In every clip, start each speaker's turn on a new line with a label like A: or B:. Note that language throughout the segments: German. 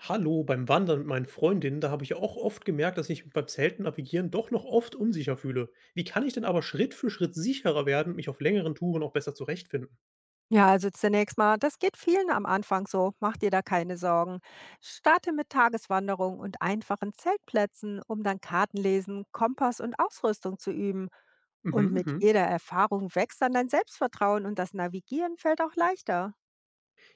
A: Hallo, beim Wandern mit meinen Freundinnen, da habe ich auch oft gemerkt, dass ich mich beim Zelten navigieren doch noch oft unsicher fühle. Wie kann ich denn aber Schritt für Schritt sicherer werden und mich auf längeren Touren auch besser zurechtfinden?
B: Ja, also zunächst mal, das geht vielen am Anfang so, mach dir da keine Sorgen. Starte mit Tageswanderungen und einfachen Zeltplätzen, um dann Kartenlesen, Kompass und Ausrüstung zu üben.
A: Mhm,
B: Und mit
A: mhm.
B: jeder Erfahrung wächst dann dein Selbstvertrauen und das Navigieren fällt auch leichter.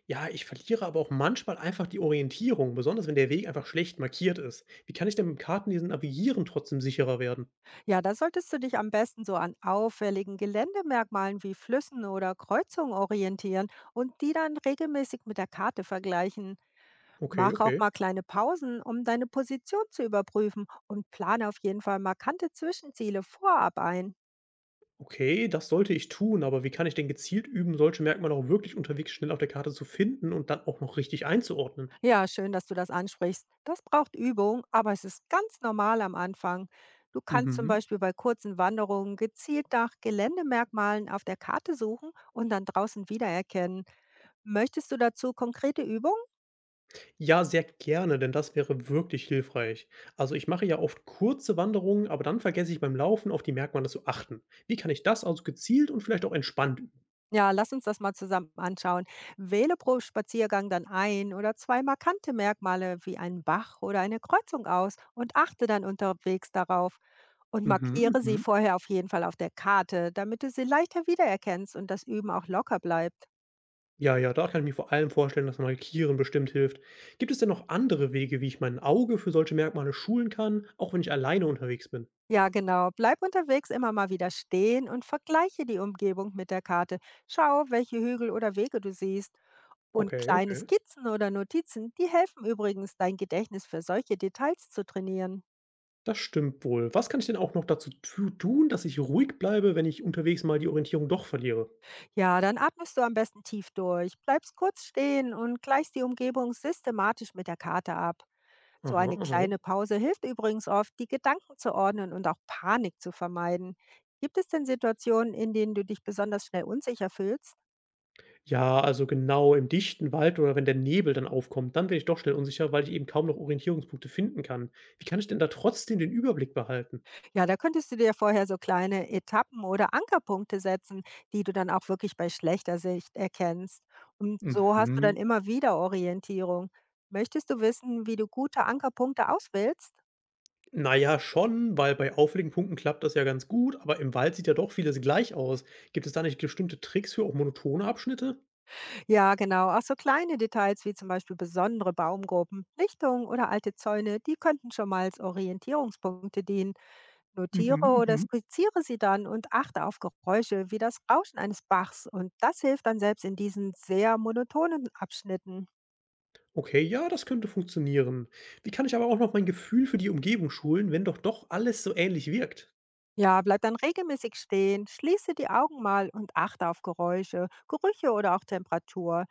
A: Ja, ich verliere aber auch manchmal einfach die Orientierung, besonders wenn der Weg einfach schlecht markiert ist. Wie kann ich denn mit dem Kartenlesen navigieren trotzdem sicherer werden?
B: Ja, da solltest du dich am besten so an auffälligen Geländemerkmalen wie Flüssen oder Kreuzungen orientieren und die dann regelmäßig mit der Karte vergleichen.
A: Okay,
B: Mach auch
A: okay.
B: mal kleine Pausen, um deine Position zu überprüfen und plane auf jeden Fall markante Zwischenziele vorab ein.
A: Okay, das sollte ich tun, aber wie kann ich denn gezielt üben, solche Merkmale auch wirklich unterwegs schnell auf der Karte zu finden und dann auch noch richtig einzuordnen?
B: Ja, schön, dass du das ansprichst. Das braucht Übung, aber es ist ganz normal am Anfang. Du kannst zum
A: Mhm.
B: Beispiel bei kurzen Wanderungen gezielt nach Geländemerkmalen auf der Karte suchen und dann draußen wiedererkennen. Möchtest du dazu konkrete Übungen?
A: Ja, sehr gerne, denn das wäre wirklich hilfreich. Also ich mache ja oft kurze Wanderungen, aber dann vergesse ich beim Laufen auf die Merkmale zu achten. Wie kann ich das also gezielt und vielleicht auch entspannt üben?
B: Ja, lass uns das mal zusammen anschauen. Wähle pro Spaziergang dann ein oder zwei markante Merkmale wie einen Bach oder eine Kreuzung aus und achte dann unterwegs darauf und
A: Mhm,
B: markiere sie
A: mhm.
B: vorher auf jeden Fall auf der Karte, damit du sie leichter wiedererkennst und das Üben auch locker bleibt.
A: Ja, ja, da kann ich mir vor allem vorstellen, dass Markieren bestimmt hilft. Gibt es denn noch andere Wege, wie ich mein Auge für solche Merkmale schulen kann, auch wenn ich alleine unterwegs bin?
B: Ja, genau. Bleib unterwegs immer mal wieder stehen und vergleiche die Umgebung mit der Karte. Schau, welche Hügel oder Wege du siehst. Und
A: Okay,
B: kleine
A: okay.
B: Skizzen oder Notizen, die helfen übrigens, dein Gedächtnis für solche Details zu trainieren.
A: Das stimmt wohl. Was kann ich denn auch noch dazu tun, dass ich ruhig bleibe, wenn ich unterwegs mal die Orientierung doch verliere?
B: Ja, dann atmest du am besten tief durch, bleibst kurz stehen und gleichst die Umgebung systematisch mit der Karte ab. So
A: Aha,
B: eine
A: aha.
B: kleine Pause hilft übrigens oft, die Gedanken zu ordnen und auch Panik zu vermeiden. Gibt es denn Situationen, in denen du dich besonders schnell unsicher fühlst?
A: Ja, also genau im dichten Wald oder wenn der Nebel dann aufkommt, dann werde ich doch schnell unsicher, weil ich eben kaum noch Orientierungspunkte finden kann. Wie kann ich denn da trotzdem den Überblick behalten?
B: Ja, da könntest du dir vorher so kleine Etappen oder Ankerpunkte setzen, die du dann auch wirklich bei schlechter Sicht erkennst. Und so hast du
A: Mhm.
B: dann immer wieder Orientierung. Möchtest du wissen, wie du gute Ankerpunkte auswählst?
A: Naja, schon, weil bei auffälligen Punkten klappt das ja ganz gut, aber im Wald sieht ja doch vieles gleich aus. Gibt es da nicht bestimmte Tricks für auch monotone Abschnitte?
B: Ja, genau. Auch so kleine Details wie zum Beispiel besondere Baumgruppen, Lichtungen oder alte Zäune, die könnten schon mal als Orientierungspunkte dienen. Notiere
A: Mhm,
B: oder
A: mhm.
B: skizziere sie dann und achte auf Geräusche wie das Rauschen eines Bachs. Und das hilft dann selbst in diesen sehr monotonen Abschnitten.
A: Okay, ja, das könnte funktionieren. Wie kann ich aber auch noch mein Gefühl für die Umgebung schulen, wenn doch alles so ähnlich wirkt?
B: Ja, bleib dann regelmäßig stehen, schließe die Augen mal und achte auf Geräusche, Gerüche oder auch Temperatur.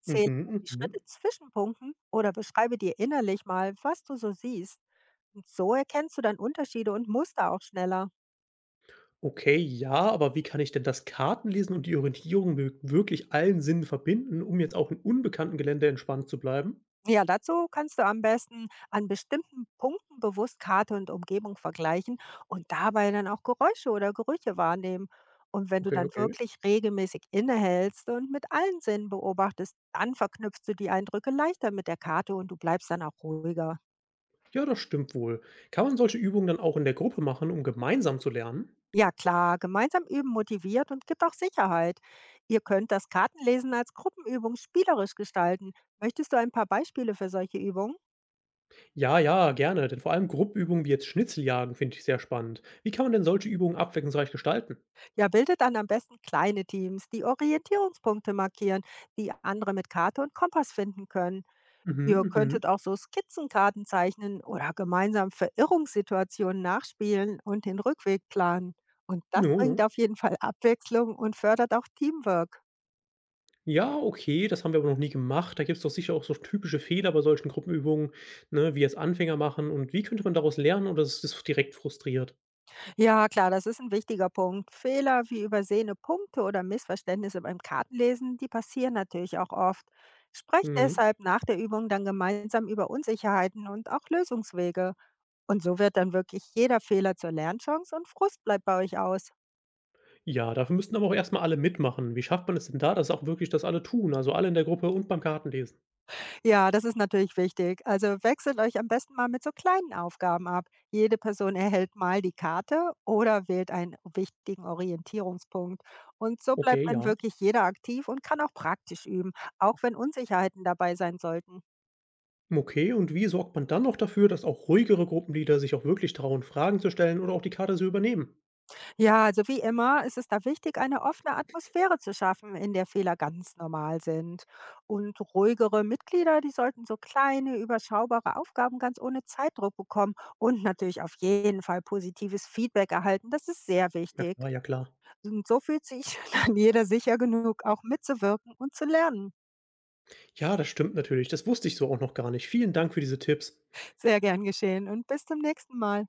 B: Zähle
A: Mhm,
B: die Schritte
A: mhm.
B: zwischen Punkten oder beschreibe dir innerlich mal, was du so siehst. Und so erkennst du dann Unterschiede und Muster auch schneller.
A: Okay, ja, aber wie kann ich denn das Kartenlesen und die Orientierung wi wirklich allen Sinnen verbinden, um jetzt auch in unbekannten Gelände entspannt zu bleiben?
B: Ja, dazu kannst du am besten an bestimmten Punkten bewusst Karte und Umgebung vergleichen und dabei dann auch Geräusche oder Gerüche wahrnehmen. Und wenn du
A: Okay,
B: dann
A: okay.
B: wirklich regelmäßig innehältst und mit allen Sinnen beobachtest, dann verknüpfst du die Eindrücke leichter mit der Karte und du bleibst dann auch ruhiger.
A: Ja, das stimmt wohl. Kann man solche Übungen dann auch in der Gruppe machen, um gemeinsam zu lernen?
B: Ja klar, gemeinsam üben motiviert und gibt auch Sicherheit. Ihr könnt das Kartenlesen als Gruppenübung spielerisch gestalten. Möchtest du ein paar Beispiele für solche Übungen?
A: Ja, ja, gerne, denn vor allem Gruppübungen wie jetzt Schnitzeljagen finde ich sehr spannend. Wie kann man denn solche Übungen abwechslungsreich gestalten?
B: Ja, bildet dann am besten kleine Teams, die Orientierungspunkte markieren, die andere mit Karte und Kompass finden können.
A: Mhm,
B: Ihr
A: mhm.
B: könntet auch so Skizzenkarten zeichnen oder gemeinsam Verirrungssituationen nachspielen und den Rückweg planen. Und das
A: Ja, ja.
B: bringt auf jeden Fall Abwechslung und fördert auch Teamwork.
A: Ja, okay, das haben wir aber noch nie gemacht. Da gibt es doch sicher auch so typische Fehler bei solchen Gruppenübungen, ne, wie jetzt Anfänger machen. Und wie könnte man daraus lernen oder ist das direkt frustriert?
B: Ja, klar, das ist ein wichtiger Punkt. Fehler wie übersehene Punkte oder Missverständnisse beim Kartenlesen, die passieren natürlich auch oft. Sprecht
A: Mhm.
B: deshalb nach der Übung dann gemeinsam über Unsicherheiten und auch Lösungswege. Und so wird dann wirklich jeder Fehler zur Lernchance und Frust bleibt bei euch aus.
A: Ja, dafür müssten aber auch erst mal alle mitmachen. Wie schafft man es denn da, dass auch wirklich das alle tun, also alle in der Gruppe und beim Kartenlesen?
B: Ja, das ist natürlich wichtig. Also wechselt euch am besten mal mit so kleinen Aufgaben ab. Jede Person erhält mal die Karte oder wählt einen wichtigen Orientierungspunkt. Und so bleibt
A: Okay,
B: dann
A: ja.
B: wirklich jeder aktiv und kann auch praktisch üben, auch wenn Unsicherheiten dabei sein sollten.
A: Okay, und wie sorgt man dann noch dafür, dass auch ruhigere Gruppenleader sich auch wirklich trauen, Fragen zu stellen oder auch die Karte zu übernehmen?
B: Ja, also wie immer ist es da wichtig, eine offene Atmosphäre zu schaffen, in der Fehler ganz normal sind. Und ruhigere Mitglieder, die sollten so kleine, überschaubare Aufgaben ganz ohne Zeitdruck bekommen und natürlich auf jeden Fall positives Feedback erhalten. Das ist sehr
A: Ja
B: wichtig.
A: klar, ja klar.
B: Und so fühlt sich dann jeder sicher genug, auch mitzuwirken und zu lernen.
A: Ja, das stimmt natürlich. Das wusste ich so auch noch gar nicht. Vielen Dank für diese Tipps.
B: Sehr gern geschehen und bis zum nächsten Mal.